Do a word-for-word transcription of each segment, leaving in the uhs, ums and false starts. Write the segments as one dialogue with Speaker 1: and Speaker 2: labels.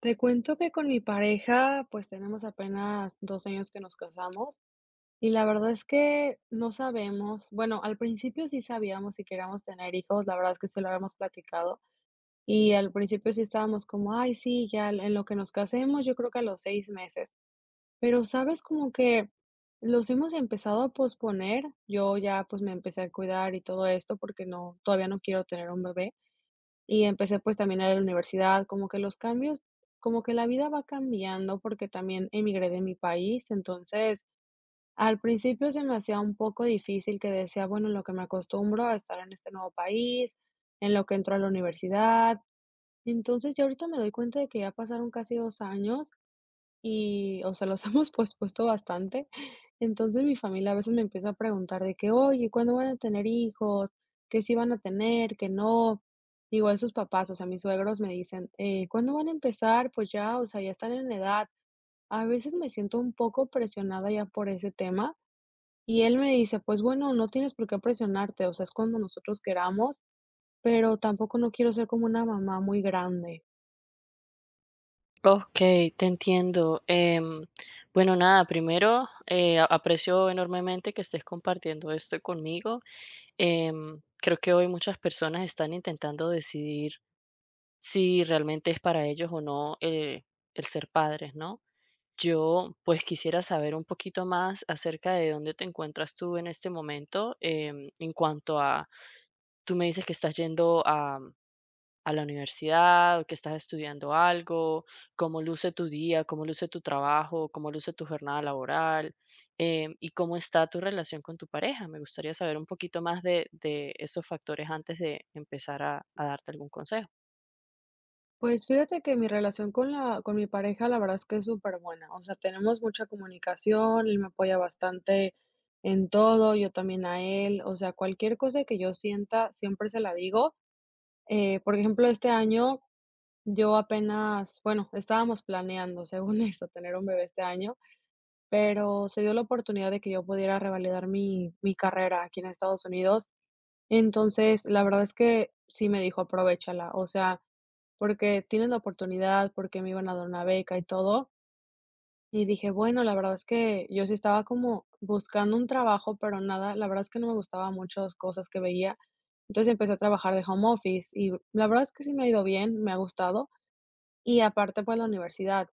Speaker 1: Te cuento que con mi pareja, pues tenemos apenas dos años que nos casamos y la verdad es que no sabemos, bueno, al principio sí sabíamos si queríamos tener hijos, la verdad es que sí lo habíamos platicado y al principio sí estábamos como, ay, sí, ya en lo que nos casemos, yo creo que a los seis meses, pero sabes como que los hemos empezado a posponer, yo ya pues me empecé a cuidar y todo esto porque no, todavía no quiero tener un bebé. Y empecé, pues, también a la universidad, como que los cambios como que la vida va cambiando, porque también emigré de mi país. Entonces, al principio se me hacía un poco difícil, que decía, bueno, en lo que me acostumbro a estar en este nuevo país, en lo que entro a la universidad. Entonces, yo ahorita me doy cuenta de que ya pasaron casi dos años y, o sea, los hemos pospuesto bastante. Entonces, mi familia a veces me empieza a preguntar de que: "Oye, ¿cuándo van a tener hijos? ¿Que sí van a tener? ¿Que no?". Igual sus papás, o sea, mis suegros me dicen: "Eh, ¿cuándo van a empezar? Pues ya, o sea, ya están en edad". A veces me siento un poco presionada ya por ese tema, y él me dice: "Pues bueno, no tienes por qué presionarte, o sea, es cuando nosotros queramos, pero tampoco no quiero ser como una mamá muy grande".
Speaker 2: Okey, te entiendo. Em, bueno, nada, primero, eh, a- aprecio enormemente que estés compartiendo esto conmigo. Em, creo que hoy muchas personas están intentando decidir si realmente es para ellos o no, eh, el ser padres, ¿no? Yo, pues, quisiera saber un poquito más acerca de dónde te encuentras tú en este momento, em, en cuanto a tú me dices que estás yendo a a la universidad o que estás estudiando algo, cómo luce tu día, cómo luce tu trabajo, cómo luce tu jornada laboral, em, y cómo está tu relación con tu pareja. Me gustaría saber un poquito más de, de esos factores antes de empezar a, a darte algún consejo.
Speaker 1: Pues fíjate que mi relación con la con mi pareja, la verdad es que es superbuena. O sea, tenemos mucha comunicación, él me apoya bastante en todo, yo también a él. O sea, cualquier cosa que yo sienta, siempre se la digo. Eh, por ejemplo, este año yo apenas, bueno, estábamos planeando, según esto, tener un bebé este año, pero se dio la oportunidad de que yo pudiera revalidar mi, mi carrera aquí en Estados Unidos. Entonces, la verdad es que sí me dijo: "Aprovéchala", o sea, porque tienes la oportunidad, porque me iban a dar una beca y todo. Y dije: "Bueno", la verdad es que yo sí estaba como buscando un trabajo, pero nada, la verdad es que no me gustaban muchas cosas que veía. Entonces empecé a trabajar de home office y la verdad es que sí me ha ido bien, me ha gustado. Y aparte, pues, la universidad.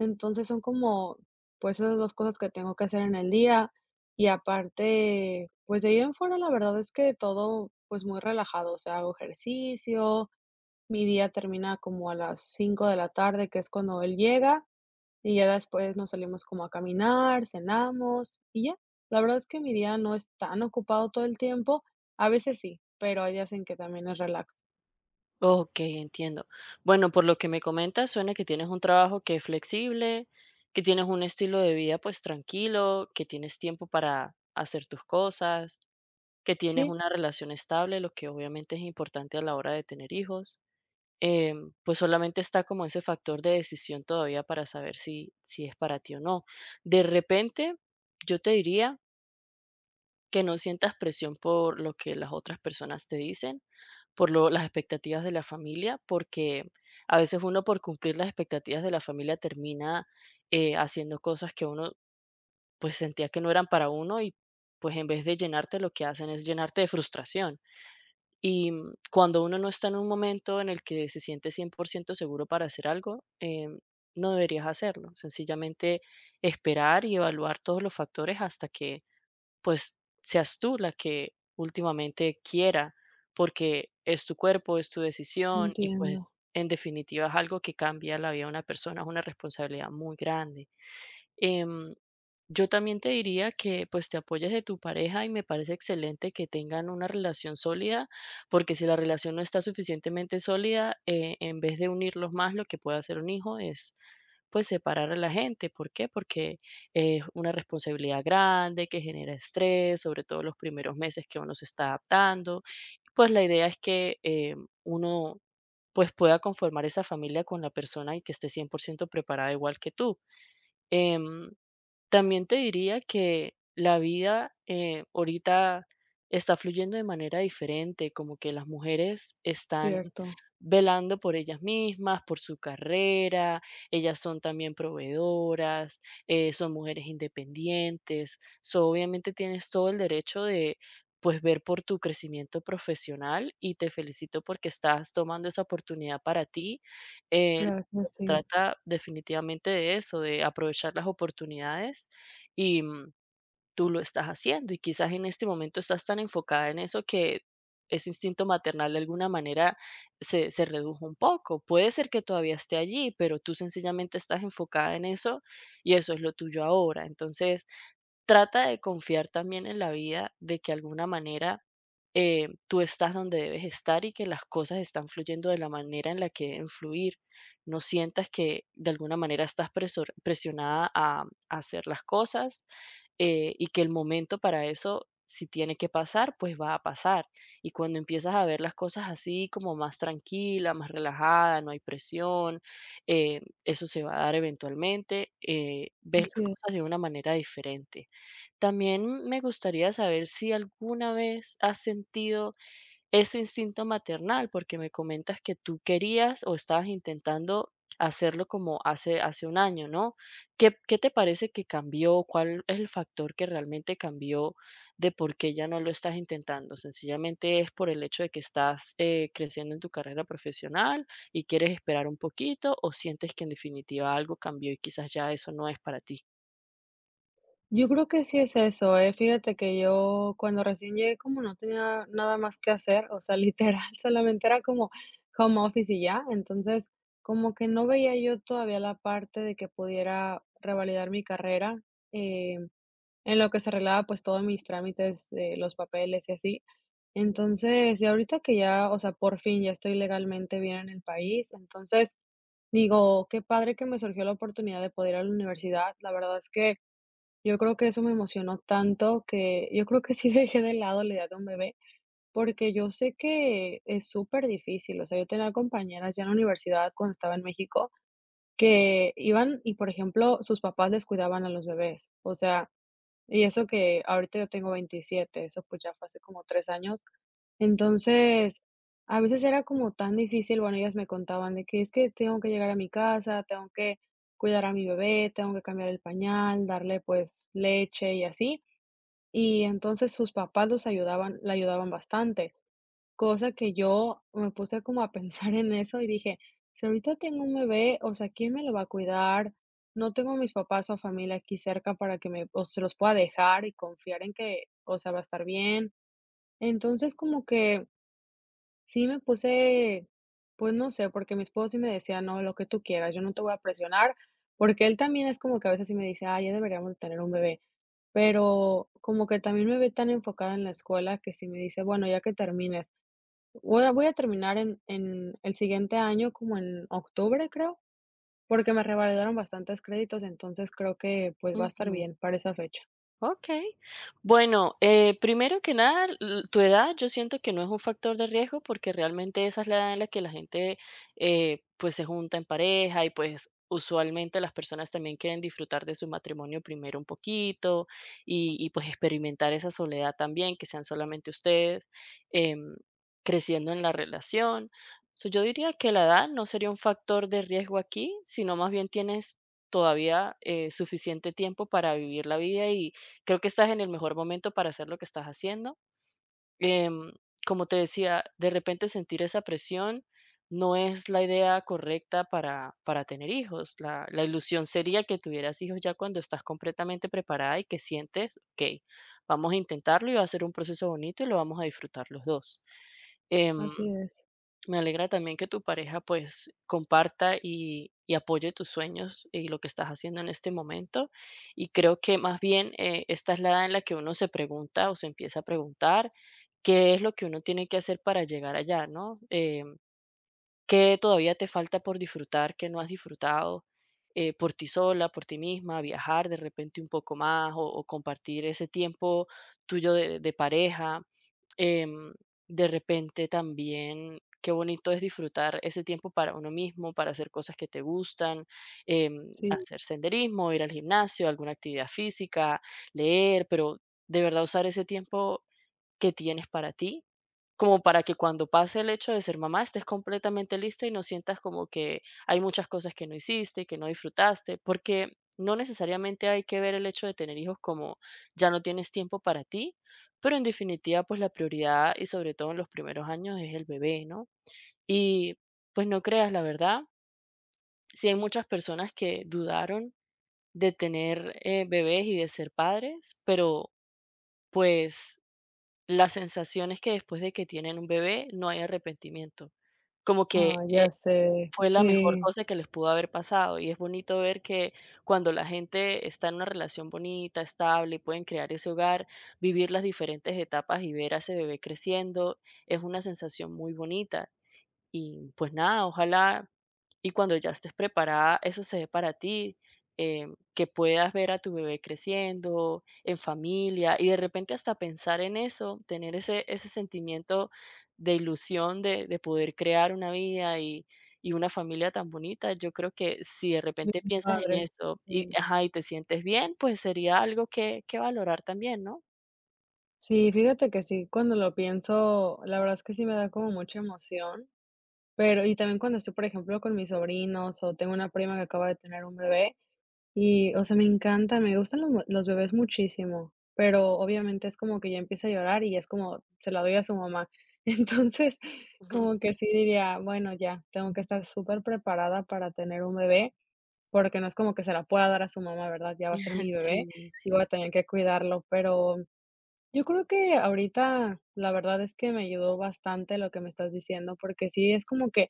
Speaker 1: Entonces, son como, pues, esas dos cosas que tengo que hacer en el día. Y aparte, pues, de ahí en fuera, la verdad es que todo, pues, muy relajado. O sea, hago ejercicio, mi día termina como a las cinco de la tarde, que es cuando él llega, y ya después nos salimos como a caminar, cenamos y ya. La verdad es que mi día no es tan ocupado todo el tiempo. A veces sí, pero hay días en que también es relax.
Speaker 2: Ok, entiendo. Bueno, por lo que me comentas, suena que tienes un trabajo que es flexible, que tienes un estilo de vida pues tranquilo, que tienes tiempo para hacer tus cosas, que tienes
Speaker 1: Sí,
Speaker 2: una relación estable, lo que obviamente es importante a la hora de tener hijos. Em, pues solamente está como ese factor de decisión todavía para saber si, si es para ti o no. De repente, yo te diría que no sientas presión por lo que las otras personas te dicen, por lo- las expectativas de la familia, porque a veces uno por cumplir las expectativas de la familia termina, eh, haciendo cosas que uno pues sentía que no eran para uno y pues en vez de llenarte lo que hacen es llenarte de frustración. Y mm, cuando uno no está en un momento en el que se siente cien por ciento seguro para hacer algo, em, no deberías hacerlo. Sencillamente esperar y evaluar todos los factores hasta que pues seas tú la que últimamente quiera, porque es tu cuerpo, es tu decisión y
Speaker 1: entiendo,
Speaker 2: pues en definitiva es algo que cambia la vida de una persona, es una responsabilidad muy grande. Em, yo también te diría que pues te apoyes de tu pareja y me parece excelente que tengan una relación sólida, porque si la relación no está suficientemente sólida, eh, en vez de unirlos más, lo que puede hacer un hijo es pues separar a la gente. ¿Por qué? Porque es una responsabilidad grande que genera estrés, sobre todo los primeros meses que uno se está adaptando. Pues la idea es que eh, uno pues pueda conformar esa familia con la persona y que esté cien por ciento preparada igual que tú. Em, También te diría que la vida eh, ahorita está fluyendo de manera diferente, como que las mujeres están
Speaker 1: cierto.
Speaker 2: velando por ellas mismas, por su carrera, ellas son también proveedoras, eh, son mujeres independientes, so, obviamente tienes todo el derecho de pues ver por tu crecimiento profesional y te felicito porque estás tomando esa oportunidad para ti. Eh,
Speaker 1: Gracias,
Speaker 2: Se
Speaker 1: sí.
Speaker 2: trata definitivamente de eso, de aprovechar las oportunidades y, mm, tú lo estás haciendo y quizás en este momento estás tan enfocada en eso que ese instinto maternal de alguna manera se, se redujo un poco. Puede ser que todavía esté allí, pero tú sencillamente estás enfocada en eso y eso es lo tuyo ahora. Entonces, trata de confiar también en la vida, de que alguna manera eh, tú estás donde debes estar y que las cosas están fluyendo de la manera en la que deben fluir. No sientas que de alguna manera estás presor- presionada a a hacer las cosas, eh, y que el momento para eso, si tiene que pasar, pues va a pasar. Y cuando empiezas a ver las cosas así, como más tranquila, más relajada, no hay presión, eh, eso se va a dar eventualmente, eh, ves
Speaker 1: Así
Speaker 2: las
Speaker 1: es.
Speaker 2: cosas de una manera diferente. También me gustaría saber si alguna vez has sentido ese instinto maternal, porque me comentas que tú querías o estabas intentando hacerlo como hace, hace un año, ¿no? ¿Qué, qué te parece que cambió? ¿Cuál es el factor que realmente cambió de por qué ya no lo estás intentando? ¿Sencillamente es por el hecho de que estás eh, creciendo en tu carrera profesional y quieres esperar un poquito o sientes que en definitiva algo cambió y quizás ya eso no es para ti?
Speaker 1: Yo creo que sí es eso, ¿eh? Fíjate que yo cuando recién llegué como no tenía nada más que hacer, o sea, literal, solamente era como home office y ya, entonces como que no veía yo todavía la parte de que pudiera revalidar mi carrera, eh, en lo que se arreglaba pues todos mis trámites, eh, los papeles y así. Entonces, y ahorita que ya, o sea, por fin ya estoy legalmente bien en el país, entonces... Digo, qué padre que me surgió la oportunidad de poder ir a la universidad. La verdad es que yo creo que eso me emocionó tanto que yo creo que sí dejé de lado la idea de un bebé, porque yo sé que es súper difícil. O sea, yo tenía compañeras ya en la universidad cuando estaba en México que iban y, por ejemplo, sus papás les cuidaban a los bebés. O sea, y eso que ahorita yo tengo veintisiete, eso pues ya fue hace como tres años. Entonces, a veces era como tan difícil, bueno, ellas me contaban de que es que tengo que llegar a mi casa, tengo que cuidar a mi bebé, tengo que cambiar el pañal, darle pues leche y así. Y entonces sus papás los ayudaban la ayudaban bastante, cosa que yo me puse como a pensar en eso y dije: "Si ahorita tengo un bebé, o sea, ¿quién me lo va a cuidar? No tengo a mis papás o a familia aquí cerca para que me o se los pueda dejar y confiar en que, o sea, va a estar bien". Entonces, como que sí me puse, pues, no sé, porque mi esposo sí me decía: "No, lo que tú quieras, yo no te voy a presionar", porque él también es como que a veces sí me dice: "Ay, ya deberíamos de tener un bebé", pero como que también me ve tan enfocada en la escuela que sí me dice: "Bueno, ya que termines", voy a voy a terminar en en el siguiente año, como en octubre, creo, porque me revalidaron bastantes créditos, entonces creo que, pues, va a estar
Speaker 2: Ujú.
Speaker 1: bien para esa fecha.
Speaker 2: Ok. Bueno, eh, primero que nada, l- tu edad yo siento que no es un factor de riesgo porque realmente esa es la edad en la que la gente eh, pues se junta en pareja y pues usualmente las personas también quieren disfrutar de su matrimonio primero un poquito y, y, pues experimentar esa soledad también, que sean solamente ustedes, em, creciendo en la relación. So, yo diría que la edad no sería un factor de riesgo aquí, sino más bien tienes todavía eh, suficiente tiempo para vivir la vida y creo que estás en el mejor momento para hacer lo que estás haciendo. Em, Como te decía, de repente sentir esa presión no es la idea correcta para, para tener hijos. La, la ilusión sería que tuvieras hijos ya cuando estás completamente preparada y que sientes, ok, vamos a intentarlo y va a ser un proceso bonito y lo vamos a disfrutar los dos. Em,
Speaker 1: Así es,
Speaker 2: Me alegra también que tu pareja pues comparta y, y apoye tus sueños y lo que estás haciendo en este momento. Y creo que más bien eh, esta es la edad en la que uno se pregunta o se empieza a preguntar qué es lo que uno tiene que hacer para llegar allá, ¿no? Em, ¿Qué todavía te falta por disfrutar, que no has disfrutado eh, por ti sola, por ti misma, viajar de repente un poco más o, o compartir ese tiempo tuyo de, de pareja? Em, de repente también, qué bonito es disfrutar ese tiempo para uno mismo, para hacer cosas que te gustan, em,
Speaker 1: sí.
Speaker 2: hacer senderismo, ir al gimnasio, alguna actividad física, leer, pero de verdad usar ese tiempo que tienes para ti como para que cuando pase el hecho de ser mamá estés completamente lista y no sientas como que hay muchas cosas que no hiciste, que no disfrutaste, porque no necesariamente hay que ver el hecho de tener hijos como ya no tienes tiempo para ti, pero en definitiva, pues la prioridad y sobre todo en los primeros años es el bebé, ¿no? Y pues no creas, la verdad, sí hay muchas personas que dudaron de tener eh, bebés y de ser padres, pero pues la sensación es que después de que tienen un bebé no hay arrepentimiento, como que,
Speaker 1: Ah,
Speaker 2: eh,
Speaker 1: ya sé,
Speaker 2: fue la mejor
Speaker 1: sí,
Speaker 2: cosa que les pudo haber pasado, y es bonito ver que cuando la gente está en una relación bonita, estable, y pueden crear ese hogar, vivir las diferentes etapas y ver a ese bebé creciendo, es una sensación muy bonita. Y pues nada, ojalá y cuando ya estés preparada, eso se dé para ti, eh, que puedas ver a tu bebé creciendo en familia y de repente hasta pensar en eso, tener ese, ese sentimiento de ilusión de, de poder crear una vida y, y una familia tan bonita. Yo creo que si de
Speaker 1: bien
Speaker 2: repente piensas en
Speaker 1: padre,
Speaker 2: eso y,
Speaker 1: sí.
Speaker 2: ajá, y te sientes bien, pues sería algo que, que valorar también, ¿no?
Speaker 1: Sí, fíjate que sí, cuando lo pienso, la verdad es que sí me da como mucha emoción, pero y también cuando estoy, por ejemplo, con mis sobrinos o tengo una prima que acaba de tener un bebé y, o sea, me encanta, me gustan los, mu- los bebés muchísimo, pero obviamente es como que ya empieza a llorar y es como, se la doy a su mamá. Entonces, como que sí diría, bueno, ya, tengo que estar súper preparada para tener un bebé, porque no es como que se la pueda dar a su mamá, ¿verdad? Ya va a ser mi bebé
Speaker 2: Sí,
Speaker 1: y
Speaker 2: sí.
Speaker 1: voy a tener que cuidarlo, pero... Yo creo que ahorita la verdad es que me ayudó bastante lo que me estás diciendo, porque sí es como que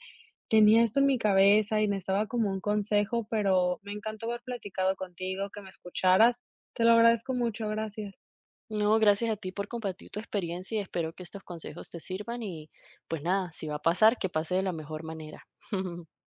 Speaker 1: tenía esto en mi cabeza y necesitaba como un consejo, pero me encantó haber platicado contigo, que me escucharas. Te lo agradezco mucho, gracias.
Speaker 2: No, gracias a ti por compartir tu experiencia y espero que estos consejos te sirvan y pues nada, si va a pasar, que pase de la mejor manera.